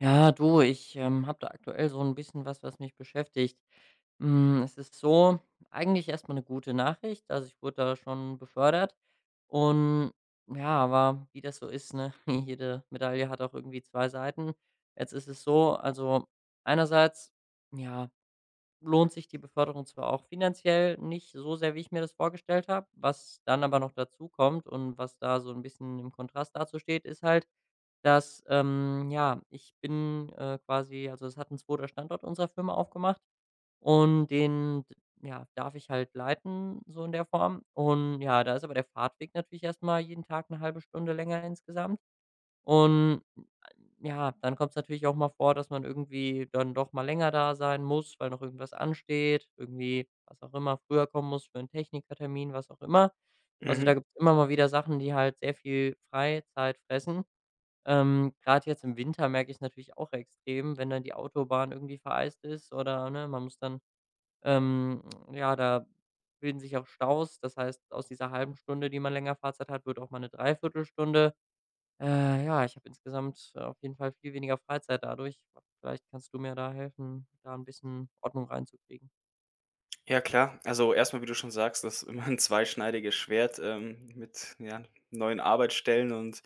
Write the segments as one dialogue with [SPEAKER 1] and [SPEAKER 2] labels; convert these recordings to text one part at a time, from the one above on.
[SPEAKER 1] Ja, du, ich, habe da aktuell so ein bisschen was, was mich beschäftigt. Es ist so, eigentlich erstmal eine gute Nachricht. Also, ich wurde da schon befördert und ja, aber wie das so ist, ne, jede Medaille hat auch irgendwie 2 Seiten. Jetzt ist es so, also, einerseits, ja, lohnt sich die Beförderung zwar auch finanziell nicht so sehr, wie ich mir das vorgestellt habe. Was dann aber noch dazu kommt und was da so ein bisschen im Kontrast dazu steht, ist halt, dass, ja, ich bin, quasi also, es hat ein zweiter Standort unserer Firma aufgemacht und den d ja, darf ich halt leiten, so in der Form. Und ja, da ist aber der Fahrtweg natürlich erstmal jeden Tag eine halbe Stunde länger insgesamt. Und ja, dann kommt es natürlich auch mal vor, dass man irgendwie dann doch mal länger da sein muss, weil noch irgendwas ansteht, irgendwie, was auch immer, früher kommen muss für einen Technikertermin, was auch immer. Also,
[SPEAKER 2] Mhm.
[SPEAKER 1] da gibt es immer mal wieder Sachen, die halt sehr viel Freizeit fressen. Grad jetzt im Winter merke ich es natürlich auch extrem, wenn dann die Autobahn irgendwie vereist ist oder, ne, man muss dann ähm, ja, da bilden sich auch Staus. Das heißt, aus dieser halben Stunde, die man länger Fahrzeit hat, wird auch mal eine Dreiviertelstunde. Ja, ich habe insgesamt auf jeden Fall viel weniger Freizeit dadurch. Vielleicht kannst du mir da helfen, da ein bisschen Ordnung reinzukriegen.
[SPEAKER 2] Ja klar, also erstmal, wie du schon sagst, das ist immer ein zweischneidiges Schwert, mit, ja, neuen Arbeitsstellen und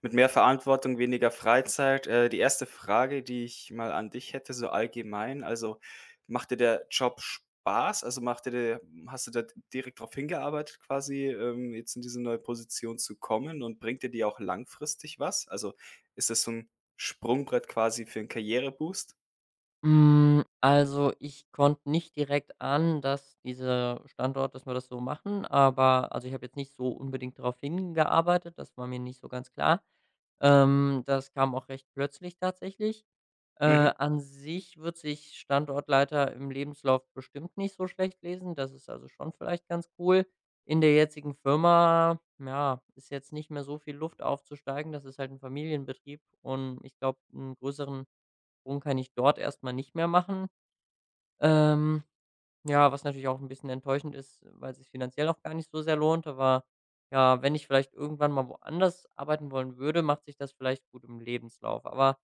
[SPEAKER 2] mit mehr Verantwortung, weniger Freizeit. Die erste Frage, die ich mal an dich hätte, so allgemein, also, macht dir der Job Spaß? Also, macht dir der hast du da direkt drauf hingearbeitet quasi, jetzt in diese neue Position zu kommen, und bringt dir die auch langfristig was? Also, ist das so ein Sprungbrett quasi für einen Karriereboost?
[SPEAKER 1] Also, ich konnte nicht direkt an, dass dieser Standort, dass wir das so machen, aber also, ich habe jetzt nicht so unbedingt darauf hingearbeitet, das war mir nicht so ganz klar. Das kam auch recht plötzlich tatsächlich. Äh,
[SPEAKER 2] Mhm.
[SPEAKER 1] An sich wird sich Standortleiter im Lebenslauf bestimmt nicht so schlecht lesen. Das ist also schon vielleicht ganz cool. In der jetzigen Firma, ja, ist jetzt nicht mehr so viel Luft aufzusteigen. Das ist halt ein Familienbetrieb und ich glaube, einen größeren Sprung kann ich dort erstmal nicht mehr machen. Ähm, ja, was natürlich auch ein bisschen enttäuschend ist, weil es sich finanziell auch gar nicht so sehr lohnt. Aber ja, wenn ich vielleicht irgendwann mal woanders arbeiten wollen würde, macht sich das vielleicht gut im Lebenslauf. Aber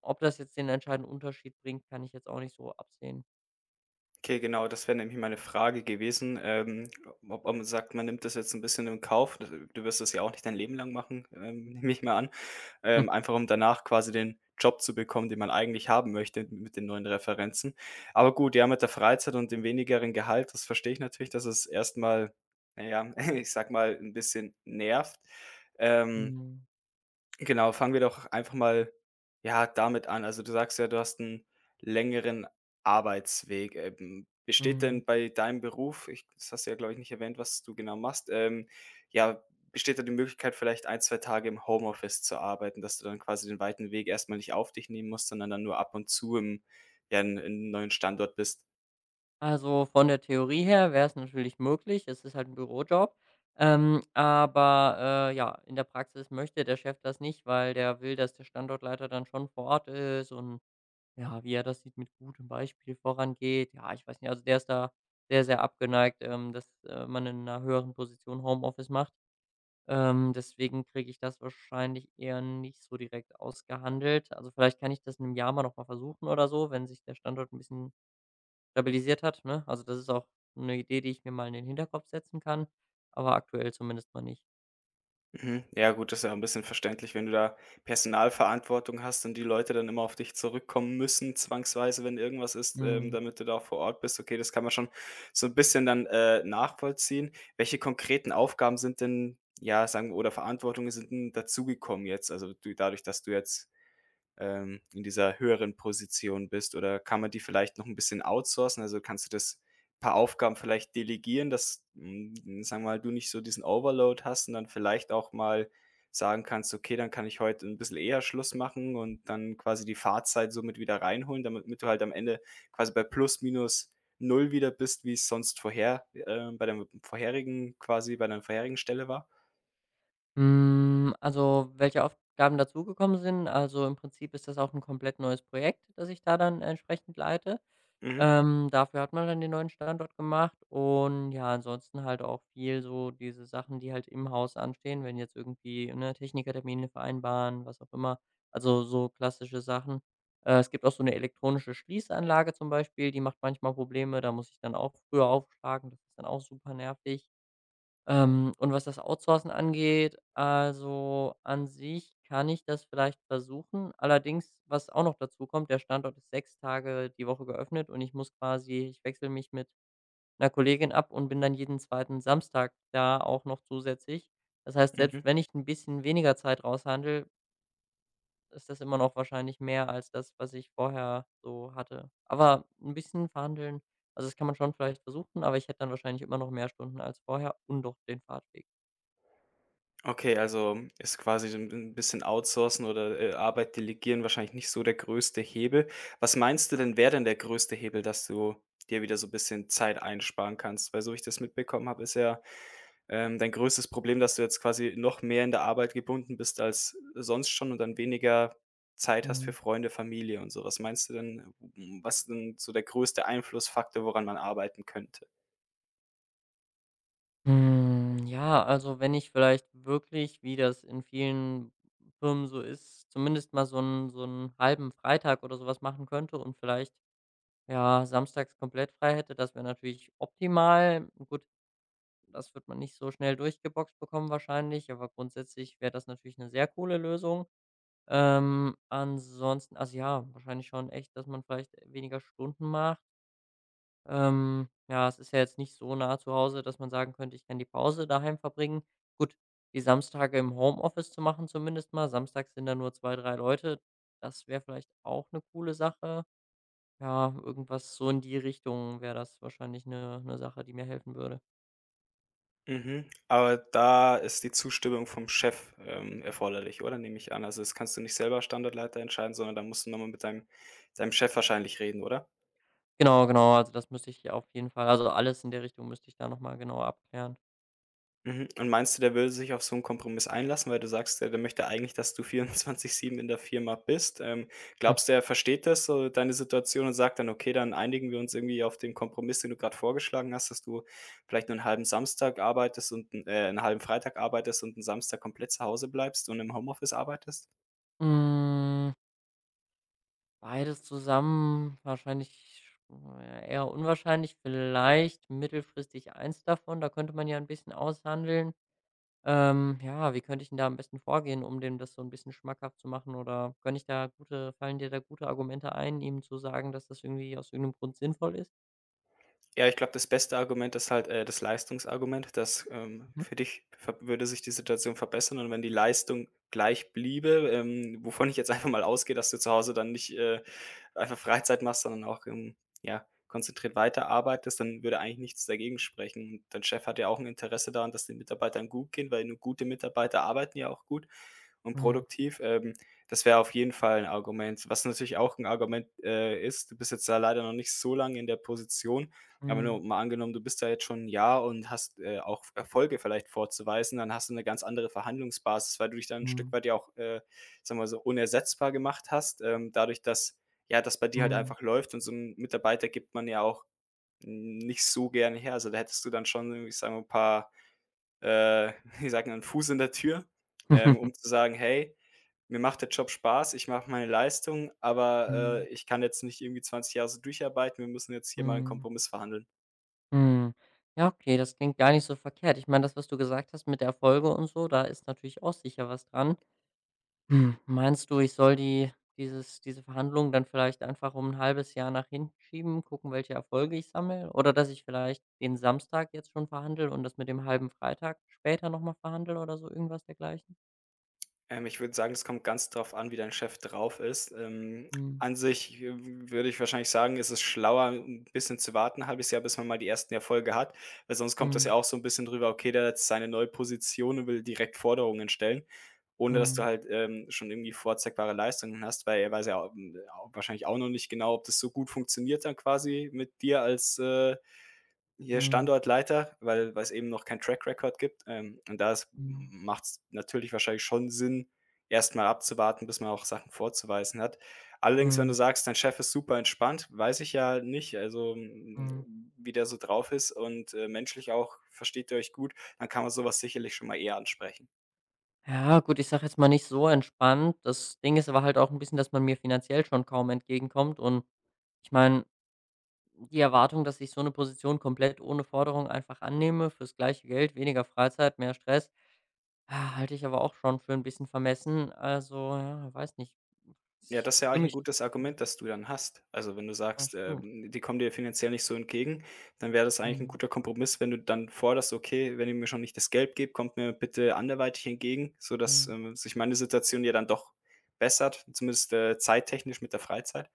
[SPEAKER 1] ob das jetzt den entscheidenden Unterschied bringt, kann ich jetzt auch nicht so absehen.
[SPEAKER 2] Okay, genau, das wäre nämlich meine Frage gewesen, ob man sagt, man nimmt das jetzt ein bisschen in Kauf. D Du wirst das ja auch nicht dein Leben lang machen, nehme ich mal an, einfach um danach quasi den Job zu bekommen, den man eigentlich haben möchte mit den neuen Referenzen. Aber gut, ja, mit der Freizeit und dem wenigeren Gehalt, das verstehe ich natürlich, dass es erstmal, naja, ich sag mal, ein bisschen nervt. Ähm
[SPEAKER 1] Mhm,
[SPEAKER 2] Genau, fangen wir doch einfach mal, ja, damit an. Also, du sagst ja, du hast einen längeren Arbeitsweg. Besteht
[SPEAKER 1] mhm.
[SPEAKER 2] denn bei deinem Beruf ich das hast du ja, glaube ich, nicht erwähnt, was du genau machst, ja, besteht da die Möglichkeit, vielleicht ein 2 Tage im Homeoffice zu arbeiten, dass du dann quasi den weiten Weg erstmal nicht auf dich nehmen musst, sondern dann nur ab und zu im, ja, in 'nem neuen Standort bist?
[SPEAKER 1] Also, von der Theorie her wäre es natürlich möglich. Es ist halt ein Bürojob. Aber, ja, in der Praxis möchte der Chef das nicht, weil der will, dass der Standortleiter dann schon vor Ort ist und, ja, wie er das sieht, mit gutem Beispiel vorangeht. Ja, ich weiß nicht, also, der ist da sehr, sehr abgeneigt, dass, man in einer höheren Position Homeoffice macht. Deswegen kriege ich das wahrscheinlich eher nicht so direkt ausgehandelt. Also, vielleicht kann ich das in 'nem Jahr mal noch mal versuchen oder so, wenn sich der Standort ein bisschen stabilisiert hat, ne? Also, das ist auch eine Idee, die ich mir mal in den Hinterkopf setzen kann, aber aktuell zumindest mal nicht.
[SPEAKER 2] Mhm. Ja gut, das ist ja ein bisschen verständlich, wenn du da Personalverantwortung hast und die Leute dann immer auf dich zurückkommen müssen zwangsweise, wenn irgendwas ist,
[SPEAKER 1] Mhm.
[SPEAKER 2] damit du da auch vor Ort bist. Okay, das kann man schon so ein bisschen dann, nachvollziehen. Welche konkreten Aufgaben sind denn, ja, sagen wir, oder Verantwortungen sind 'n dazugekommen jetzt? Also, du, dadurch, dass du jetzt in dieser höheren Position bist? Oder kann man die vielleicht noch ein bisschen outsourcen? Also, kannst du das paar Aufgaben vielleicht delegieren, dass, sagen wir mal, du nicht so diesen Overload hast und dann vielleicht auch mal sagen kannst: „Okay, dann kann ich heute ein bisschen eher Schluss machen und dann quasi die Fahrzeit somit wieder reinholen“, damit mit du halt am Ende quasi bei plus minus null wieder bist, wie es sonst vorher, bei deinem vorherigen, quasi bei deiner vorherigen Stelle war?
[SPEAKER 1] Also, welche Aufgaben dazugekommen sind, also, im Prinzip ist das auch ein komplett neues Projekt, das ich da dann entsprechend leite.
[SPEAKER 2] Mhm,
[SPEAKER 1] Dafür hat man dann den neuen Standort gemacht und ja, ansonsten halt auch viel so diese Sachen, die halt im Haus anstehen, wenn jetzt irgendwie, ne, Technikertermine vereinbaren, was auch immer, also, so klassische Sachen. Es gibt auch so eine elektronische Schließanlage zum Beispiel, die macht manchmal Probleme, da muss ich dann auch früher aufschlagen, das ist dann auch super nervig. Und was das Outsourcen angeht, also an sich kann ich das vielleicht versuchen. Allerdings, was auch noch dazu kommt, der Standort ist 6 Tage die Woche geöffnet und ich muss quasi ich wechsle mich mit einer Kollegin ab und bin dann jeden zweiten Samstag da auch noch zusätzlich. Das heißt, selbst
[SPEAKER 2] mhm.
[SPEAKER 1] wenn ich ein bisschen weniger Zeit raushandel, ist das immer noch wahrscheinlich mehr als das, was ich vorher so hatte. Aber ein bisschen verhandeln, also, das kann man schon vielleicht versuchen, aber ich hätte dann wahrscheinlich immer noch mehr Stunden als vorher und doch den Fahrtweg.
[SPEAKER 2] Okay, also ist quasi so ein 'n bisschen outsourcen oder, Arbeit delegieren wahrscheinlich nicht so der größte Hebel. Was meinst du denn, wäre denn der größte Hebel, dass du dir wieder so ein bisschen Zeit einsparen kannst? Weil so wie ich das mitbekommen habe, ist ja, dein größtes Problem, dass du jetzt quasi noch mehr in der Arbeit gebunden bist als sonst schon und dann weniger Zeit hast für
[SPEAKER 1] Mhm.
[SPEAKER 2] Freunde, Familie und so. Was meinst du denn, w was ist denn so der größte Einflussfaktor, woran man arbeiten könnte?
[SPEAKER 1] Ja, also wenn ich vielleicht wirklich, wie das in vielen Firmen so ist, zumindest mal so einen halben Freitag oder sowas machen könnte und vielleicht, ja, samstags komplett frei hätte, das wäre natürlich optimal. Gut, das wird man nicht so schnell durchgeboxt bekommen wahrscheinlich, aber grundsätzlich wäre das natürlich eine sehr coole Lösung. Ansonsten also ja, wahrscheinlich schon echt, dass man vielleicht weniger Stunden macht. Ja, es ist ja jetzt nicht so nah zu Hause, dass man sagen könnte, ich kann die Pause daheim verbringen. Gut, die Samstage im Homeoffice zu machen zumindest mal. Samstags sind da nur 2, 3 Leute. Das wäre vielleicht auch eine coole Sache. Ja, irgendwas so in die Richtung wäre das wahrscheinlich eine Sache, die mir helfen würde.
[SPEAKER 2] Mhm, aber da ist die Zustimmung vom Chef, erforderlich, oder? Nehme ich an. Also, das kannst du nicht selber als Standortleiter entscheiden, sondern da musst du noch mal mit deinem Chef wahrscheinlich reden, oder?
[SPEAKER 1] Genau, genau, also das müsste ich auf jeden Fall, also alles in der Richtung müsste ich da noch mal genauer abklären.
[SPEAKER 2] Mhm, und meinst du, der würde sich auf so einen Kompromiss einlassen, weil du sagst, der möchte eigentlich, dass du vierundzwanzig sieben in der Firma bist?
[SPEAKER 1] Hm.
[SPEAKER 2] Glaubst du, er versteht das, so deine Situation, und sagt dann: „Okay, dann einigen wir uns irgendwie auf den Kompromiss, den du gerade vorgeschlagen hast, dass du vielleicht nur einen halben Samstag arbeitest und 'n 'n halben Freitag arbeitest und einen Samstag komplett zu Hause bleibst und im Homeoffice arbeitest?“
[SPEAKER 1] Hm. Beides zusammen wahrscheinlich ja, eher unwahrscheinlich. Vielleicht mittelfristig eins davon. Da könnte man ja ein bisschen aushandeln. Ja, wie könnte ich 'n da am besten vorgehen, um dem das so ein bisschen schmackhaft zu machen? Oder kann ich da gute fallen dir da gute Argumente ein, ihm zu sagen, dass das irgendwie aus irgendeinem Grund sinnvoll ist?
[SPEAKER 2] Ja, ich glaube, das beste Argument ist halt, das Leistungsargument, dass,
[SPEAKER 1] Mhm.
[SPEAKER 2] für dich ver würde sich die Situation verbessern, und wenn die Leistung gleich bliebe, wovon ich jetzt einfach mal ausgehe, dass du zu Hause dann nicht, einfach Freizeit machst, sondern auch, ja, konzentriert weiterarbeitest, dann würde eigentlich nichts dagegen sprechen. Und dein Chef hat ja auch ein Interesse daran, dass den Mitarbeitern gut geht, weil nur gute Mitarbeiter arbeiten ja auch gut und
[SPEAKER 1] Mhm.
[SPEAKER 2] produktiv. Das wäre auf jeden Fall ein Argument. Was natürlich auch ein Argument, ist, du bist jetzt da leider noch nicht so lange in der Position, aber nur
[SPEAKER 1] Mhm.
[SPEAKER 2] mal angenommen, du bist da jetzt schon ein Jahr und hast, auch Erfolge vielleicht vorzuweisen, dann hast du eine ganz andere Verhandlungsbasis, weil du dich dann ein Stück
[SPEAKER 1] Mhm.
[SPEAKER 2] weit ja auch, sagen wir so, unersetzbar gemacht hast, dadurch, dass ja, das bei dir halt
[SPEAKER 1] Mhm.
[SPEAKER 2] einfach läuft, und so einen Mitarbeiter gibt man ja auch nicht so gerne her. Also, da hättest du dann schon irgendwie, ich sag mal, ein paar, äh, wie sagt, einen Fuß in der Tür, um zu sagen: „Hey, mir macht der Job Spaß, ich mache meine Leistung, aber,
[SPEAKER 1] Mhm.
[SPEAKER 2] ich kann jetzt nicht irgendwie 20 Jahre so durcharbeiten, wir müssen jetzt hier mal einen
[SPEAKER 1] Mhm.
[SPEAKER 2] Kompromiss verhandeln.“
[SPEAKER 1] Mhm. Ja, okay, das klingt gar nicht so verkehrt. Ich meine, das, was du gesagt hast mit der Folge und so, da ist natürlich auch sicher was dran. Meinst du, ich soll diese Verhandlung dann vielleicht einfach um ein halbes Jahr nach hinten schieben, gucken, welche Erfolge ich sammle? Oder dass ich vielleicht den Samstag jetzt schon verhandle und das mit dem halben Freitag später noch mal verhandle oder so irgendwas dergleichen?
[SPEAKER 2] Ich würde sagen, es kommt ganz drauf an, wie dein Chef drauf ist.
[SPEAKER 1] Mhm.
[SPEAKER 2] An sich, würde ich wahrscheinlich sagen, ist es schlauer, ein bisschen zu warten, ein halbes Jahr, bis man mal die ersten Erfolge hat, weil sonst kommt das ja
[SPEAKER 1] Mhm.
[SPEAKER 2] auch so ein bisschen drüber: „Okay, der hat jetzt seine neue Position und will direkt Forderungen stellen“, ohne dass du
[SPEAKER 1] Mhm.
[SPEAKER 2] halt, schon irgendwie vorzeigbare Leistungen hast, weil er weiß ja, au wahrscheinlich auch noch nicht genau, ob das so gut funktioniert dann, quasi mit dir als, hier
[SPEAKER 1] Mhm.
[SPEAKER 2] Standortleiter, weil es eben noch keinen Track Record gibt. Und da macht es
[SPEAKER 1] Mhm.
[SPEAKER 2] natürlich wahrscheinlich schon Sinn, erstmal abzuwarten, bis man auch Sachen vorzuweisen hat. Allerdings, wenn du
[SPEAKER 1] Mhm.
[SPEAKER 2] sagst, dein Chef ist super entspannt, weiß ich ja nicht, also,
[SPEAKER 1] Mhm.
[SPEAKER 2] hm, wie der so drauf ist, und, menschlich auch versteht ihr euch gut, dann kann man sowas sicherlich schon mal eher ansprechen.
[SPEAKER 1] Ja, gut, ich sag jetzt mal nicht so entspannt. Das Ding ist aber halt auch ein bisschen, dass man mir finanziell schon kaum entgegenkommt und ich meine, die Erwartung, dass ich so eine Position komplett ohne Forderung einfach annehme fürs gleiche Geld, weniger Freizeit, mehr Stress, halte ich aber auch schon für ein bisschen vermessen. Also, ja, weiß nicht.
[SPEAKER 2] Ja,
[SPEAKER 1] Ich
[SPEAKER 2] das ist ja eigentlich
[SPEAKER 1] fühle
[SPEAKER 2] ein
[SPEAKER 1] mich.
[SPEAKER 2] gutes
[SPEAKER 1] Ja,
[SPEAKER 2] Argument, das du dann hast. Also, wenn du
[SPEAKER 1] ja,
[SPEAKER 2] sagst,
[SPEAKER 1] stimmt.
[SPEAKER 2] die kommen dir finanziell nicht so entgegen, dann wäre das eigentlich ein
[SPEAKER 1] Mhm,
[SPEAKER 2] guter Kompromiss, wenn du dann forderst: „Okay, wenn ihr mir schon nicht das Geld gebt, kommt mir bitte anderweitig entgegen“, sodass,
[SPEAKER 1] mhm.
[SPEAKER 2] sich meine Situation ja dann doch bessert, zumindest, zeittechnisch, mit der Freizeit?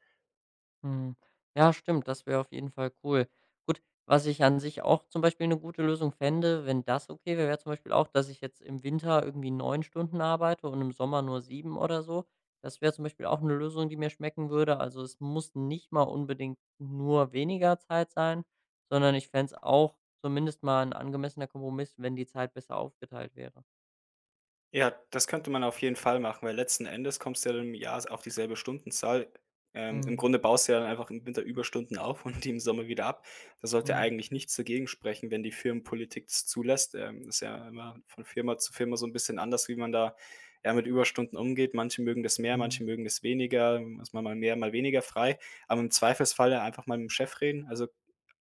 [SPEAKER 1] Mhm. Ja, stimmt, das wäre auf jeden Fall cool. Gut, was ich an sich auch zum Beispiel eine gute Lösung fände, wenn das okay wäre, wäre zum Beispiel auch, dass ich jetzt im Winter irgendwie 9 Stunden arbeite und im Sommer nur 7 oder so. Das wäre zum Beispiel auch eine Lösung, die mir schmecken würde. Also, es muss nicht mal unbedingt nur weniger Zeit sein, sondern ich fände es auch zumindest mal ein angemessener Kompromiss, wenn die Zeit besser aufgeteilt wäre.
[SPEAKER 2] Ja, das könnte man auf jeden Fall machen, weil letzten Endes kommst du ja dann im Jahr s auf dieselbe Stundenzahl. Im
[SPEAKER 1] Mhm,
[SPEAKER 2] Grunde baust du ja dann einfach im Winter Überstunden auf und die im Sommer wieder ab. Da sollte
[SPEAKER 1] mhm,
[SPEAKER 2] eigentlich nichts dagegen sprechen, wenn die Firmenpolitik das zulässt. Ist ja immer von Firma zu Firma so ein bisschen anders, wie man da, ja, mit Überstunden umgeht. Manche mögen das mehr,
[SPEAKER 1] mhm,
[SPEAKER 2] manche mögen das weniger, ist mal mal mehr, mal weniger frei. Aber im Zweifelsfall ja einfach mal mit dem Chef reden. Also,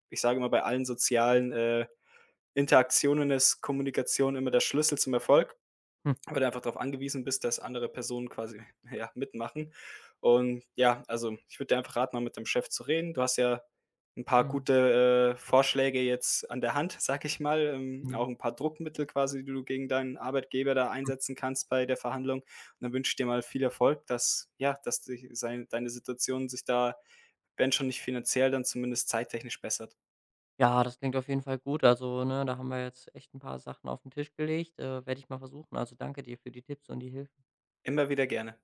[SPEAKER 2] ich sage immer, bei allen sozialen, Interaktionen ist Kommunikation immer der Schlüssel zum Erfolg, weil du einfach darauf angewiesen bist, dass andere Personen quasi, ja, mitmachen. Und ja, also, ich würde dir einfach raten, mal mit dem Chef zu reden. Du hast ja ein paar
[SPEAKER 1] mhm,
[SPEAKER 2] gute, Vorschläge jetzt an der Hand, sag ich mal, auch
[SPEAKER 1] mhm.
[SPEAKER 2] ein paar Druckmittel quasi, die du gegen deinen Arbeitgeber da einsetzen kannst bei der Verhandlung. Und dann wünsche ich dir mal viel Erfolg, dass, ja, dass dich sei deine Situation sich da, wenn schon nicht finanziell, dann zumindest zeittechnisch bessert.
[SPEAKER 1] Ja, das klingt auf jeden Fall gut. Also, ne, da haben wir jetzt echt ein paar Sachen auf den Tisch gelegt, werde ich mal versuchen. Also, danke dir für die Tipps und die Hilfe.
[SPEAKER 2] Immer wieder gerne.